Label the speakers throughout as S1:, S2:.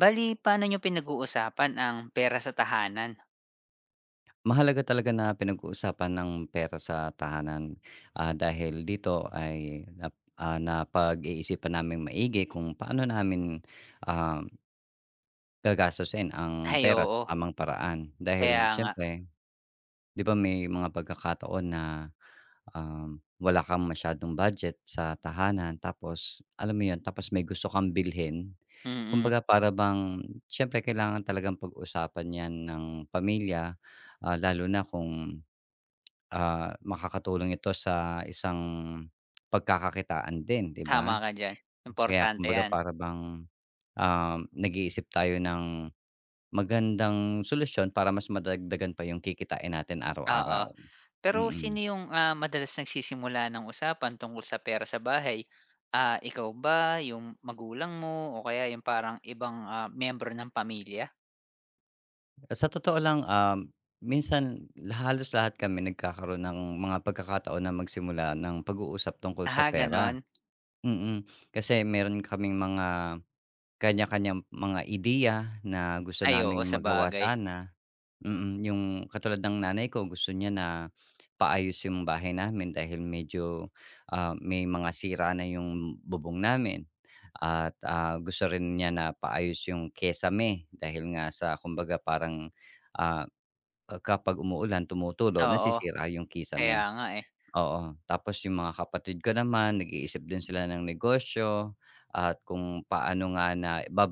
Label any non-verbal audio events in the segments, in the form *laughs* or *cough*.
S1: Bali paano niyo pinag-uusapan ang pera sa tahanan? *laughs*
S2: Mahalaga talaga na pinag-uusapan ng pera sa tahanan, dahil dito ay napag-iisipan naming maigi kung paano namin, um, gagastusin ang
S1: Ay,
S2: pera sa
S1: oo,
S2: tamang paraan.
S1: kaya
S2: Dahil
S1: nga.
S2: siyempre 'di ba may mga pagkakataon na wala kang masyadong budget sa tahanan, tapos alam mo 'yun, tapos may gusto kang bilhin.
S1: Mm,
S2: Kumbaga para bang siyempre kailangan talagang pag-usapan 'yan ng pamilya, lalo na kung makakatulong ito sa isang pagkakakitaan din, 'di ba?
S1: tama ka diyan,
S2: Kaya
S1: importante
S2: kumbaga
S1: 'yan,
S2: para bang nag-iisip tayo ng magandang solusyon para mas madagdagan pa yung kikitain natin
S1: oo.
S2: araw-araw.
S1: Pero
S2: Mm.
S1: sino yung, madalas nagsisimula ng usapan tungkol sa pera sa bahay? Ah, ikaw ba, yung magulang mo o kaya yung parang ibang, miyembro ng pamilya?
S2: Sa totoo lang, minsan halos lahat kami nagkakaroon ng mga pagkakataon na magsimula ng pag-uusap tungkol sa
S1: Aha,
S2: pera.
S1: gano'n?
S2: Mm, kasi meron kaming mga kanya-kanyang mga ideya na gusto
S1: Ay, oo,
S2: naming
S1: sa
S2: magawa
S1: bagay.
S2: sana. Mm, yung katulad ng nanay ko gusto niya na paayos yung bahay namin dahil medyo, may mga sira na yung bubong namin at, gusto rin niya na paayos yung kesame dahil nga sa kumbaga parang, ah, kapag umuulan tumutulo
S1: Oo,
S2: nasisira yung
S1: kaya
S2: kisame.
S1: nga, eh,
S2: Oo, tapos yung mga kapatid ko naman nag-iisip din sila ng negosyo at kung paano nga na ba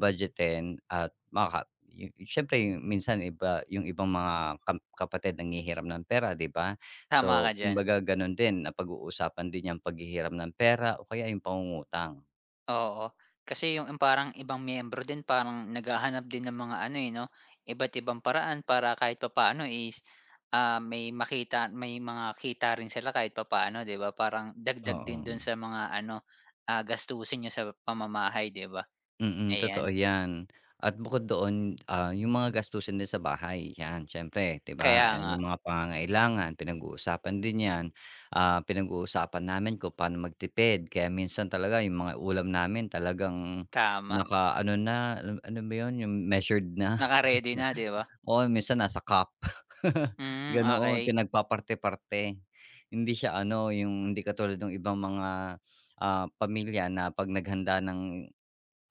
S2: at maka yu siyempre minsan iba yung ibang mga kapatid nanghihiram ng pera, 'di ba?
S1: tama
S2: So,
S1: ka diyan.
S2: kumbaga gano'n din napag-uusapan din yang paghihiram ng pera o kaya yung pangungutang.
S1: Oo, kasi yung parang ibang miyembro din parang naghahanap din ng mga ano, eh, 'no, iba't ibang paraan para kahit papaano is, may mga kita rin sila kahit papaano, 'di ba? Parang dagdag din
S2: Oo.
S1: dun sa mga ano, gastusin niyo sa pamamahay, 'di ba?
S2: Mm, totoo
S1: Ayan,
S2: 'yan. At bukod doon, yung mga gastusin din sa bahay, 'yan siyempre, 'di ba?
S1: kaya
S2: Ayan
S1: nga,
S2: yung mga pangangailangan, pinag-uusapan din 'yan. Ah, pinag-uusapan namin kung paano magtipid kaya minsan talaga yung mga ulam namin talagang
S1: tama.
S2: naka-ano na, alam ano ba yun, yung measured na.
S1: Naka-ready na, 'di ba?
S2: *laughs* O minsan nasa cup, *laughs*
S1: Hmm,
S2: ganoon.
S1: okay.
S2: Pinagpaparte-parte. Hindi siya ano, yung hindi katulad ng ibang mga, pamilya na 'pag naghanda ng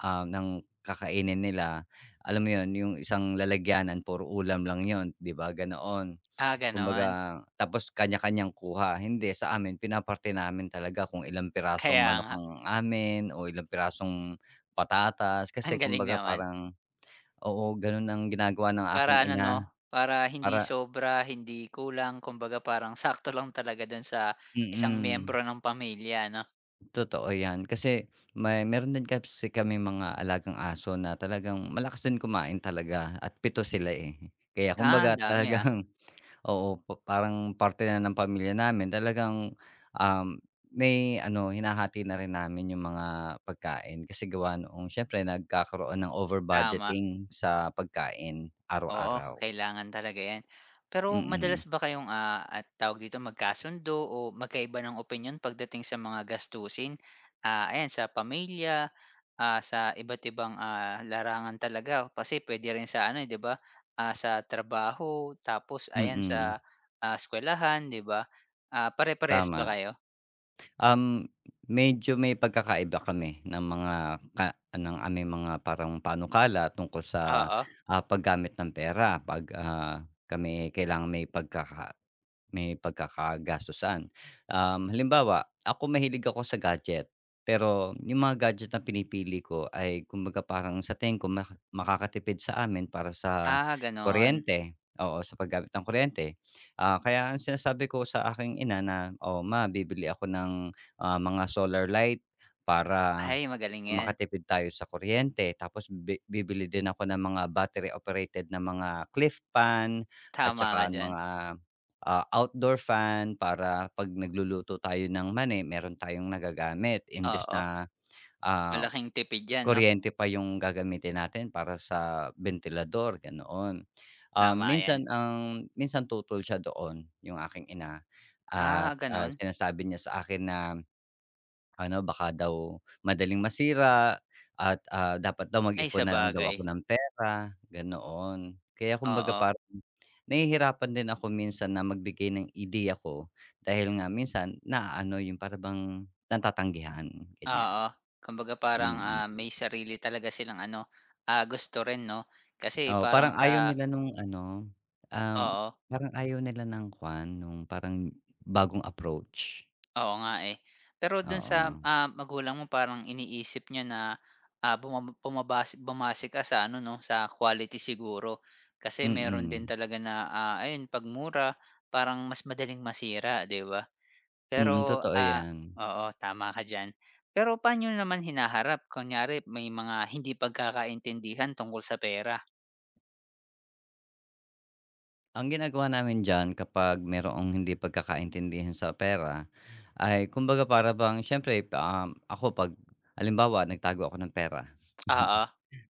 S2: ng kakainin nila. Alam mo 'yun, yung isang lalagyanan puro ulam lang 'yun, 'di ba, ganoon.
S1: Ah, gano'n,
S2: Kumbaga tapos kanya-kanyang kuha. Hindi, sa amin pinaparte namin talaga kung ilang pirasong
S1: kaya
S2: manok
S1: nga.
S2: ang
S1: *laughs*
S2: amin o ilang pirasong patatas
S1: Ang
S2: kasi
S1: galing
S2: kumbaga
S1: naman.
S2: parang oo, gano'n ang ginagawa ng
S1: Para
S2: aking
S1: ano
S2: ina
S1: 'no, para hindi
S2: para
S1: sobra, hindi kulang, kumbaga parang *laughs* sakto lang talaga dun sa isang
S2: mm,
S1: miyembro ng pamilya ano.
S2: totoo 'yan. Kasi meron din kasi kami mga alagang aso na talagang malakas din kumain talaga at pito sila, eh. Kaya
S1: Ah, ang
S2: kumbaga
S1: dami, ah.
S2: talagang oo, pa parang parte na ng pamilya namin talagang, um, may ano hinahati na rin namin yung mga pagkain kasi gawa noong siyempre nagkakaroon ng over
S1: Tama,
S2: budgeting sa pagkain
S1: oo,
S2: araw-araw.
S1: kailangan talaga 'yan.
S2: mm
S1: Pero
S2: mm
S1: madalas ba kayong, at tawag dito, magkasundo o magkaiba ng opinyon pagdating sa mga gastusin? Ah, ayan sa pamilya. Ah, sa iba't ibang, larangan talaga kasi puwede rin sa ano, eh, 'di ba, sa trabaho tapos
S2: Mm,
S1: ayan
S2: mm,
S1: sa, eskuwelahan, 'di ba? Ah, pare-parehas ba
S2: tama.
S1: kayo?
S2: Um, Medyo may pagkakaiba kami ng mga ka ng aming mga parang panukala tungkol sa,
S1: Oo.
S2: paggamit ng pera 'pag, kami kailangang may may pagkakagastusan. Um, halimbawa, ako mahilig ako sa gadget, pero yung mga gadget na pinipili ko ay kumbaga parang sa tingin ko makakatipid sa amin para sa
S1: Ah, gano'n.
S2: kuryente, oo, sa paggamit ng kuryente. Ah, kaya ang sinasabi ko sa aking ina na, "Oh, ma bibili ako ng" ah, mga solar light para
S1: Ay, magaling 'yan.
S2: makatipid tayo sa kuryente. Tapos bibili din ako ng mga battery operated na mga cliff fan at
S1: Tama ka
S2: tsaka
S1: diyan.
S2: mga, outdoor fan para 'pag nagluluto tayo ng meron tayong nagagamit imbes
S1: Oo,
S2: na, ah,
S1: malaking tipid 'yan 'no?
S2: kuryente pa yung gagamitin natin para sa ventilador, ganoon.
S1: Tama 'yan.
S2: Minsan tutol siya doon yung aking ina at,
S1: Ah, gano'n?
S2: sinasabi niya sa akin na ano, baka daw madaling masira at, dapat daw
S1: Ay,
S2: mag-ipon na lang daw
S1: sabagay.
S2: ako ng pera, ganoon. Kaya kumbaga
S1: Oo,
S2: parang nahihirapan din ako minsan na magbigay ng ideya ko dahil nga minsan naaano yung para bang natatanggihan, ganyan.
S1: oo. Kumbaga parang,
S2: Mm.
S1: may sarili talaga silang ano, gusto rin 'no? Kasi
S2: Oo,
S1: parang
S2: parang ayaw
S1: sa.
S2: nila nung ano, um,
S1: Oo.
S2: parang ayaw nila ng kwan nung parang bagong approach.
S1: Oo nga, eh. Pero dun sa,
S2: Oo.
S1: magulang mo parang iniisip niya na, bumase ka sa ano 'no, sa quality siguro. Kasi meron din
S2: Mm.
S1: talaga na, ayun 'pag mura parang mas madaling masira, 'di ba? Pero,
S2: Mm, totoo yan.
S1: oo, tama ka diyan. Pero paano niyo naman hinaharap kunyari may mga hindi pagkakaintindihan tungkol sa pera?
S2: Ang ginagawa namin diyan kapag merong hindi pagkakaintindihan sa pera, ay kumbaga para bang siyempre, ako 'pag alimbawa nagtago ako ng pera. *laughs*
S1: Oo.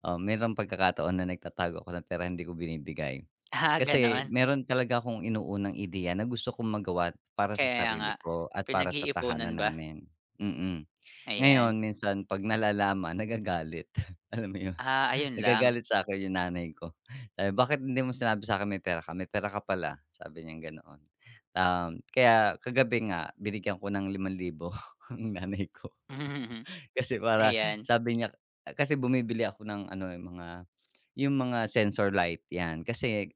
S2: Oh, merong pagkakataon na nagtatago ako ng pera, hindi ko binibigay.
S1: *laughs* Ah,
S2: Kasi
S1: gano'n?
S2: meron talaga akong inuunang ideya na gusto kong magawa para sa
S1: Kaya nga.
S2: sarili ko at para sa
S1: Pinag-iipunan
S2: tahanan
S1: ba?
S2: namin. Mm.
S1: Ayan.
S2: Ngayon minsan 'pag nalalaman nagagalit, *laughs* alam mo 'yun?
S1: Ah, ayun lang.
S2: Nagagalit sa'kin yung nanay ko. Sabi, "Bakit hindi mo sinabi sa'kin may pera ka? May pera ka pala." Sabi niyang ganoon. Um, kaya kagabi nga binigyan ko ng 5,000 *laughs* ang nanay ko.
S1: *laughs*
S2: Kasi para
S1: Ayan.
S2: sabi niya kasi bumibili ako ng ano, yung mga sensor light, 'yan. Kasi,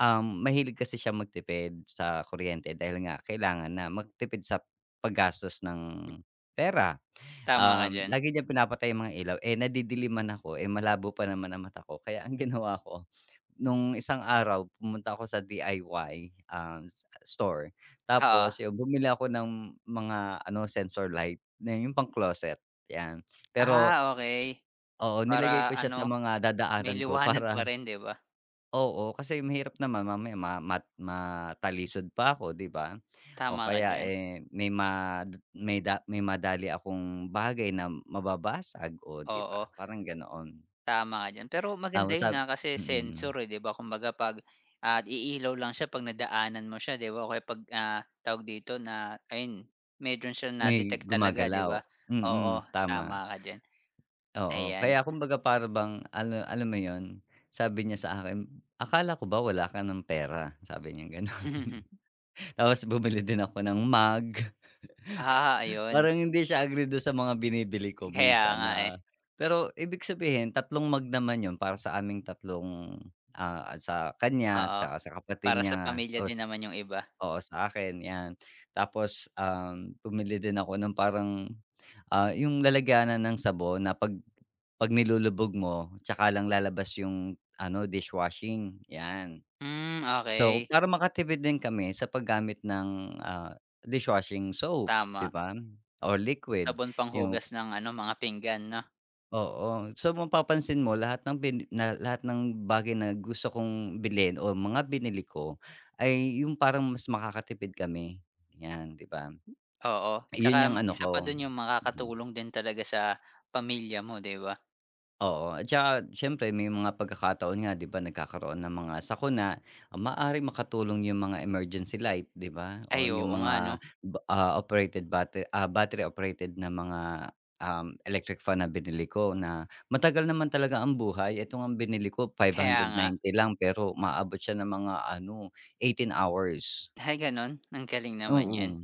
S2: mahilig kasi siya magtipid sa kuryente dahil nga kailangan na magtipid sa paggastos
S1: M
S2: ng pera.
S1: Tama ka
S2: Um,
S1: diyan,
S2: lagi niyang pinapatay yung mga ilaw, eh, nadidiliman ako, eh, malabo pa naman ang mata ko kaya ang *laughs* ginawa ko, nung isang araw pumunta ako sa DIY, store
S1: oo.
S2: tapos yung bumili ako ng mga ano sensor light na yung pang closet, 'yan. Pero
S1: Ah, okey.
S2: oo, nilagay
S1: Para
S2: ko siya sa
S1: ano,
S2: mga
S1: may
S2: dadaanan ko
S1: liwanag pa
S2: para
S1: rin, 'di ba?
S2: oo, kasi mahirap naman mamaya ma mat matalisod pa ako, 'di ba? O
S1: Tama ka
S2: kaya,
S1: diyan,
S2: eh, may madali akong bagay na mababasag, o 'di ba?
S1: oo,
S2: Parang ganoon.
S1: tama ka diyan. Pero
S2: Ah,
S1: maganda 'yun,
S2: sab
S1: kasi
S2: Mm,
S1: sensor, eh, 'di ba? Kumbaga 'pag, iilaw lang siya 'pag nadaanan mo siya, 'di ba? O kaya 'pag, tawag dito na ayun, meron siyang
S2: may
S1: na-detect talaga, 'di
S2: gumagalaw.
S1: ba? Oo,
S2: Mm, tama,
S1: tama ka diyan,
S2: oo.
S1: ayan.
S2: Kaya kumbaga para bang alam alam mo 'yun, sabi niya sa akin, "Akala ko ba wala ka ng pera?" Sabi niya gano'n.
S1: *laughs*
S2: *laughs* Tapos bumili din ako ng mug.
S1: Ah, ayun,
S2: Parang hindi siya agree dun sa mga binibili ko
S1: kaya
S2: minsan
S1: nga, eh,
S2: na pero ibig sabihin tatlong mug naman yun para sa aming tatlong, sa kanya
S1: oo.
S2: tsaka sa kapatid
S1: Para sa
S2: niya
S1: pamilya din
S2: tapos
S1: naman 'yung iba.
S2: oo, sa akin yan. Tapos, bumili din ako ng parang, yung lalagyanan ng sabon na 'pag 'pag nilulubog mo tsaka lang lalabas yung ano dishwashing, yan.
S1: Hmm,
S2: So,
S1: okey,
S2: para makatipid din kami sa paggamit ng, dishwashing soap, 'di
S1: tama.
S2: ba? Or liquid,
S1: Sabon
S2: yung
S1: panghugas ng ano, mga pinggan 'no?
S2: oo. So, mapapansin mo lahat ng bagay na gusto kong bilhin o mga binili ko ay yung parang mas makakatipid kami, 'yan, 'di ba?
S1: Oo, tsaka
S2: Iyon yung ano
S1: isa
S2: ko.
S1: pa dun yung
S2: Hmm.
S1: makakatulong din talaga sa pamilya mo 'di ba?
S2: Oo, at saka siyempre may mga pagkakataon nga 'di ba nagkakaroon ng mga sakuna, maaaring makatulong yung mga emergency light, 'di ba,
S1: Ay
S2: o yung
S1: oo nga 'no,
S2: mga ba ah, operated batte ah, battery operated na mga, electric fan na binili ko na matagal naman talaga ang buhay. Ito ngang binili ko five
S1: kaya
S2: hundred
S1: nga.
S2: ninety lang pero maabot siya ng mga ano, 18 hours.
S1: Ay ganun? Ang galing naman niyan,
S2: Oo,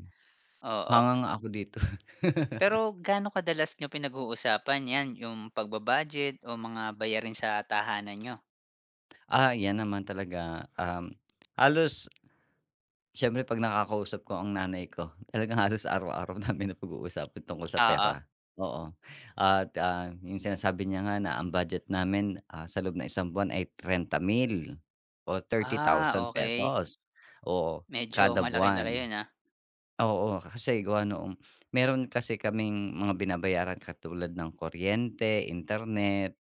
S1: oo.
S2: hangang ako dito. *laughs*
S1: Pero gaano kadalas niyo pinag-uusapan 'yan, yung pagba-budget o mga bayarin sa tahanan niyo?
S2: Ah, 'yan naman talaga, um, halos siyempre 'pag nakakausap ko ang nanay ko, *laughs* talagang halos araw-araw namin napag-uusapan tungkol sa
S1: Oo.
S2: pera, oo. At, yung sinasabi niya nga na ang budget namin, sa loob ng isang buwan ay 30,000 o
S1: Ah,
S2: 30,000
S1: okey.
S2: pesos, oo,
S1: Medyo
S2: kada
S1: malaki-laki
S2: buwan.
S1: yun, ah.
S2: Oo, kasi gawa noong meron kasi kaming mga binabayaran katulad ng kuryente, internet.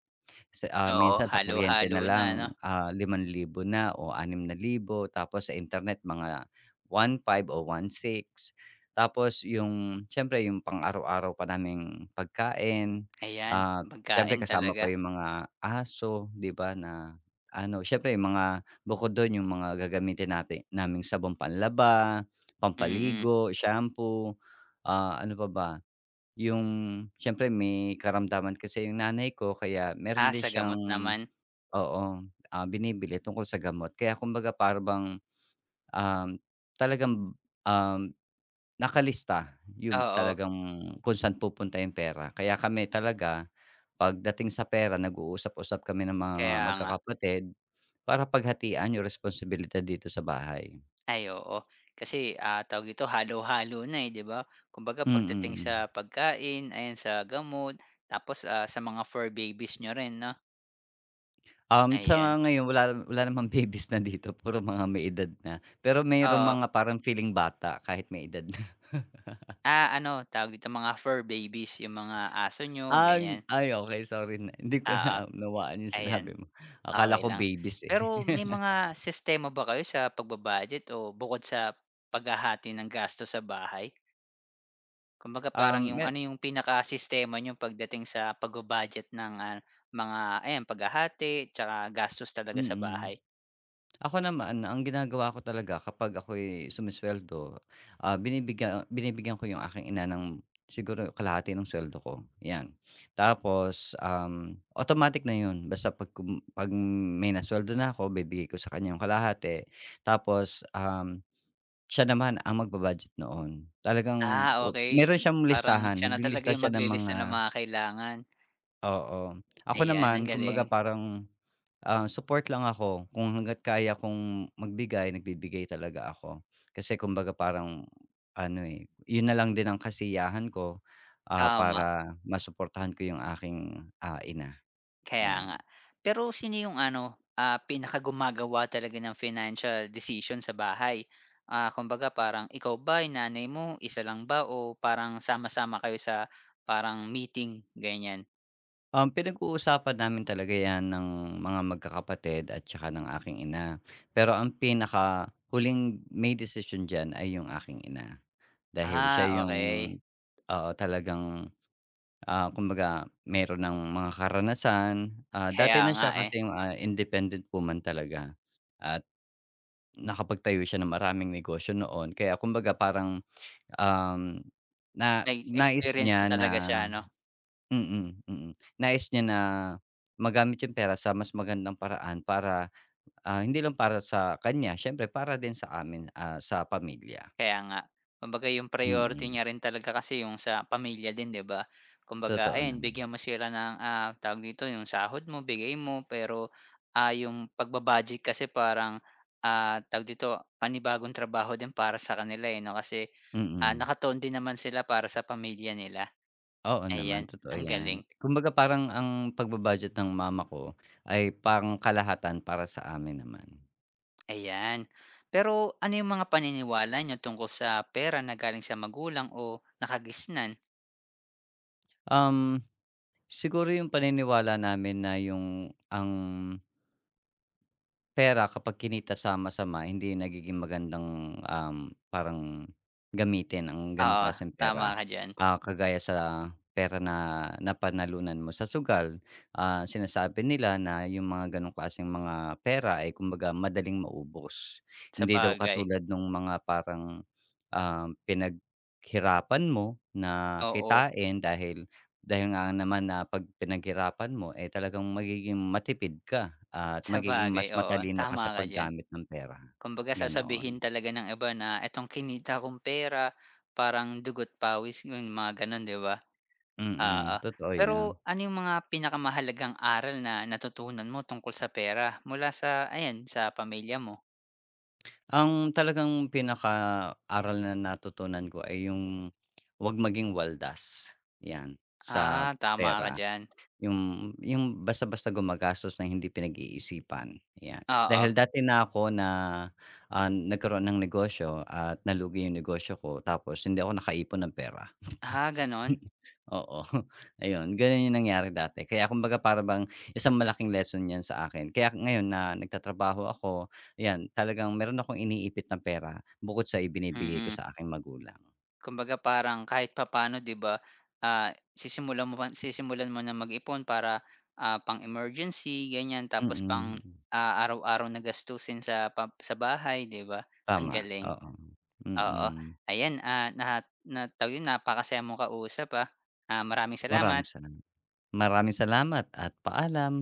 S2: Sa
S1: Oo,
S2: minsan sa kuryente
S1: halo-halo
S2: na
S1: na 'no?
S2: lang, 5,000 na o 6,000 tapos sa internet mga 1,500 o 1,600. Tapos yung siyempre yung pang-araw-araw pa naming pagkain,
S1: Ayan,
S2: ah, siyempre
S1: pagkain
S2: kasama
S1: talaga,
S2: pa yung mga aso, 'di ba, na ano, siyempre yung mga bukod dun yung mga gagamitin natin naming sabong panlaba,
S1: mm.
S2: pampaligo, shampoo, ano pa ba? Yung siyempre may karamdaman kasi yung nanay ko kaya meron
S1: Ah,
S2: din
S1: sa
S2: siyang
S1: gamot naman,
S2: oo, binibili tungkol sa gamot. Kaya kumbaga para bang, um, talagang, um, nakalista yung
S1: oo,
S2: talagang kung saan pupunta yung pera. Kaya kami talaga pagdating sa pera nag-uusap-usap kami ng mga
S1: kaya nga.
S2: magkakapatid para paghatian yung responsibilidad dito sa bahay.
S1: Ay oo. Kasi, tawag dito halo-halo na, eh, 'di ba? Kumbaga
S2: Mm. Mm,
S1: pagdating sa
S2: mm.
S1: pagkain, ayan sa gamot, tapos, sa mga fur babies niyo rin 'no?
S2: Um,
S1: Ayan,
S2: sa ngayon wala wala namang *laughs* babies na dito, puro mga may edad na. Pero merong
S1: oo.
S2: mga parang feeling bata kahit may edad na. *laughs*
S1: Ah, ano tawag dito mga fur babies, yung mga aso niyo ganyan,
S2: Ay okey sorry na hindi ko
S1: ah ah,
S2: naunawaan yung
S1: ayan,
S2: sinabi mo. Akala
S1: okay
S2: ko
S1: lang.
S2: babies, eh.
S1: Pero may
S2: *laughs*
S1: mga sistema ba kayo sa o bukod sa paghahati ng gasto sa bahay? Kumbaga parang
S2: Um,
S1: yung
S2: me
S1: ano yung pinaka sistema niyo pagdating sa pagbu-budget ng, mga ayan paghahati tsaka gastos talaga sa
S2: mm.
S1: bahay?
S2: Ako naman, ang ginagawa ko talaga kapag ako'y sumisweldo, ah, binibigyan binibigyan ko 'yung aking ina ng siguro kalahati ng suweldo ko, 'yan. Tapos, automatic na 'yun basta 'pag may nasuweldo na ako bibigay ko sa kanya 'yung kalahati. Tapos siya naman ang magba-budget noon. Talagang
S1: Ah,
S2: o
S1: okey.
S2: meron siyang
S1: Parang
S2: listahan,
S1: siya na talaga
S2: naglilista
S1: yung
S2: siya ng
S1: maglilista
S2: mga
S1: ng mga kailangan.
S2: oo. Ako
S1: Ayan, ang
S2: naman
S1: galing.
S2: kumbaga parang ah, support lang ako kung hangga't kaya kong magbigay, nagbibigay talaga ako. Kasi kumbaga parang ano, eh, yun na lang din ang kasiyahan ko,
S1: Tama,
S2: para masuportahan ko yung aking, ina,
S1: kaya
S2: yan.
S1: nga. Pero sino yung ano, pinakagumagawa talaga ng financial decision sa bahay? Ah, kumbaga parang ikaw ba, yung nanay mo, isa lang ba o parang sama-sama kayo sa parang meeting, ganyan?
S2: Um, pinag-uusapan namin talaga 'yan ng mga magkakapatid at tsaka ng aking ina. Pero ang pinaka huling may decision diyan ay yung aking ina. Dahil siya
S1: Ah,
S2: yung
S1: okey.
S2: oo, talagang ah, kumbaga meron ng mga karanasan. Ah, dati
S1: Kaya
S2: na
S1: nga,
S2: siya
S1: eh,
S2: kasing, independent woman talaga at nakapagtayo siya ng maraming negosyo noon. Kaya kumbaga parang, um, na nais
S1: nag-experience na
S2: niya na
S1: talaga siya ano,
S2: mm, mm. Nais niya na magamit yung pera sa mas magandang paraan para, hindi lang para sa kanya siyempre para din sa amin, sa pamilya.
S1: kaya nga. Kumbaga yung priority
S2: Mm,
S1: niya rin talaga kasi yung sa pamilya din 'di ba? Kumbaga
S2: totoo
S1: ayan
S2: naman.
S1: bigyan mo sila ng, tawag dito yung sahod mo bigay mo pero, yung pagbabudget kasi parang, tawag dito panibagong trabaho din para sa kanila, eh, 'no kasi,
S2: Mm.
S1: nakatuon din naman sila para sa pamilya nila.
S2: Oo naman,
S1: Ayan,
S2: totoo
S1: ang
S2: 'yan.
S1: galing,
S2: Kumbaga parang ang pagba-budget ng mama ko ay pangkalahatan para sa amin naman.
S1: ayan. Pero ano yung mga paniniwala niyo tungkol sa pera na galing sa magulang o nakagisnan?
S2: Um, siguro yung paniniwala namin na yung ang pera kapag kinita sa masama hindi nagiging magandang parang gamitin ang gano'ng
S1: Oo,
S2: klaseng
S1: tama
S2: pera.
S1: ka diyan.
S2: Ah, kagaya sa pera na napanalunan mo sa sugal, sinasabi nila na yung mga gano'ng klaseng mga pera ay kumbaga madaling maubos. Hindi daw
S1: Sabagay,
S2: katulad nung mga parang pinaghirapan mo na
S1: oo. *laughs*
S2: kitain dahil dahil nga naman na 'pag pinaghirapan mo, eh, talagang magiging matipid ka. At magiging
S1: Sabagay,
S2: mas
S1: oo,
S2: matalino ka
S1: tama
S2: sa
S1: ka diyan.
S2: paggamit ng pera,
S1: Kumbaga
S2: ganoon.
S1: sasabihin talaga ng iba na itong kinita kong pera parang dugo't pawis, yung mga gano'n, 'di ba? Oo.
S2: Mm, totoo
S1: Pero
S2: 'yan.
S1: ano yung mga pinakamahalagang aral na natutunan mo tungkol sa pera mula sa ayan, sa pamilya mo?
S2: Ang talagang pinakaaral na natutunan ko ay yung 'wag maging waldas, 'yan, sa
S1: Ah, tama ka
S2: pera.
S1: diyan.
S2: Yung basta-basta gumagastos ng hindi pinag-iisipan, 'yan.
S1: Oo.
S2: Dahil dati na ako na, nagkaroon ng negosyo at nalugi yung negosyo ko tapos hindi ako nakaipon ng pera. *laughs*
S1: Ah, gano'n?
S2: Oo, *laughs* ayun gano'n yung nangyari dati kaya kumbaga para bang isang malaking lesson 'yan sa akin kaya ngayon na nagtatrabaho ako, ayan talagang meron akong iniipit na pera bukod sa ibinibigay ko
S1: Mm.
S2: sa aking magulang.
S1: Kumbaga parang kahit papaano 'di ba, sisimulan mo na mag-ipon para, pang-emergency ganyan tapos pang,
S2: Mm,
S1: araw-araw na gastusin sa bahay 'di ba? Ang
S2: tama,
S1: galing,
S2: oo,
S1: oo.
S2: mm.
S1: Ayan, na na tawag yun napakasaya mong kausap, ah. Ah, maraming salamat.
S2: Maraming salamat, maraming salamat at paalam.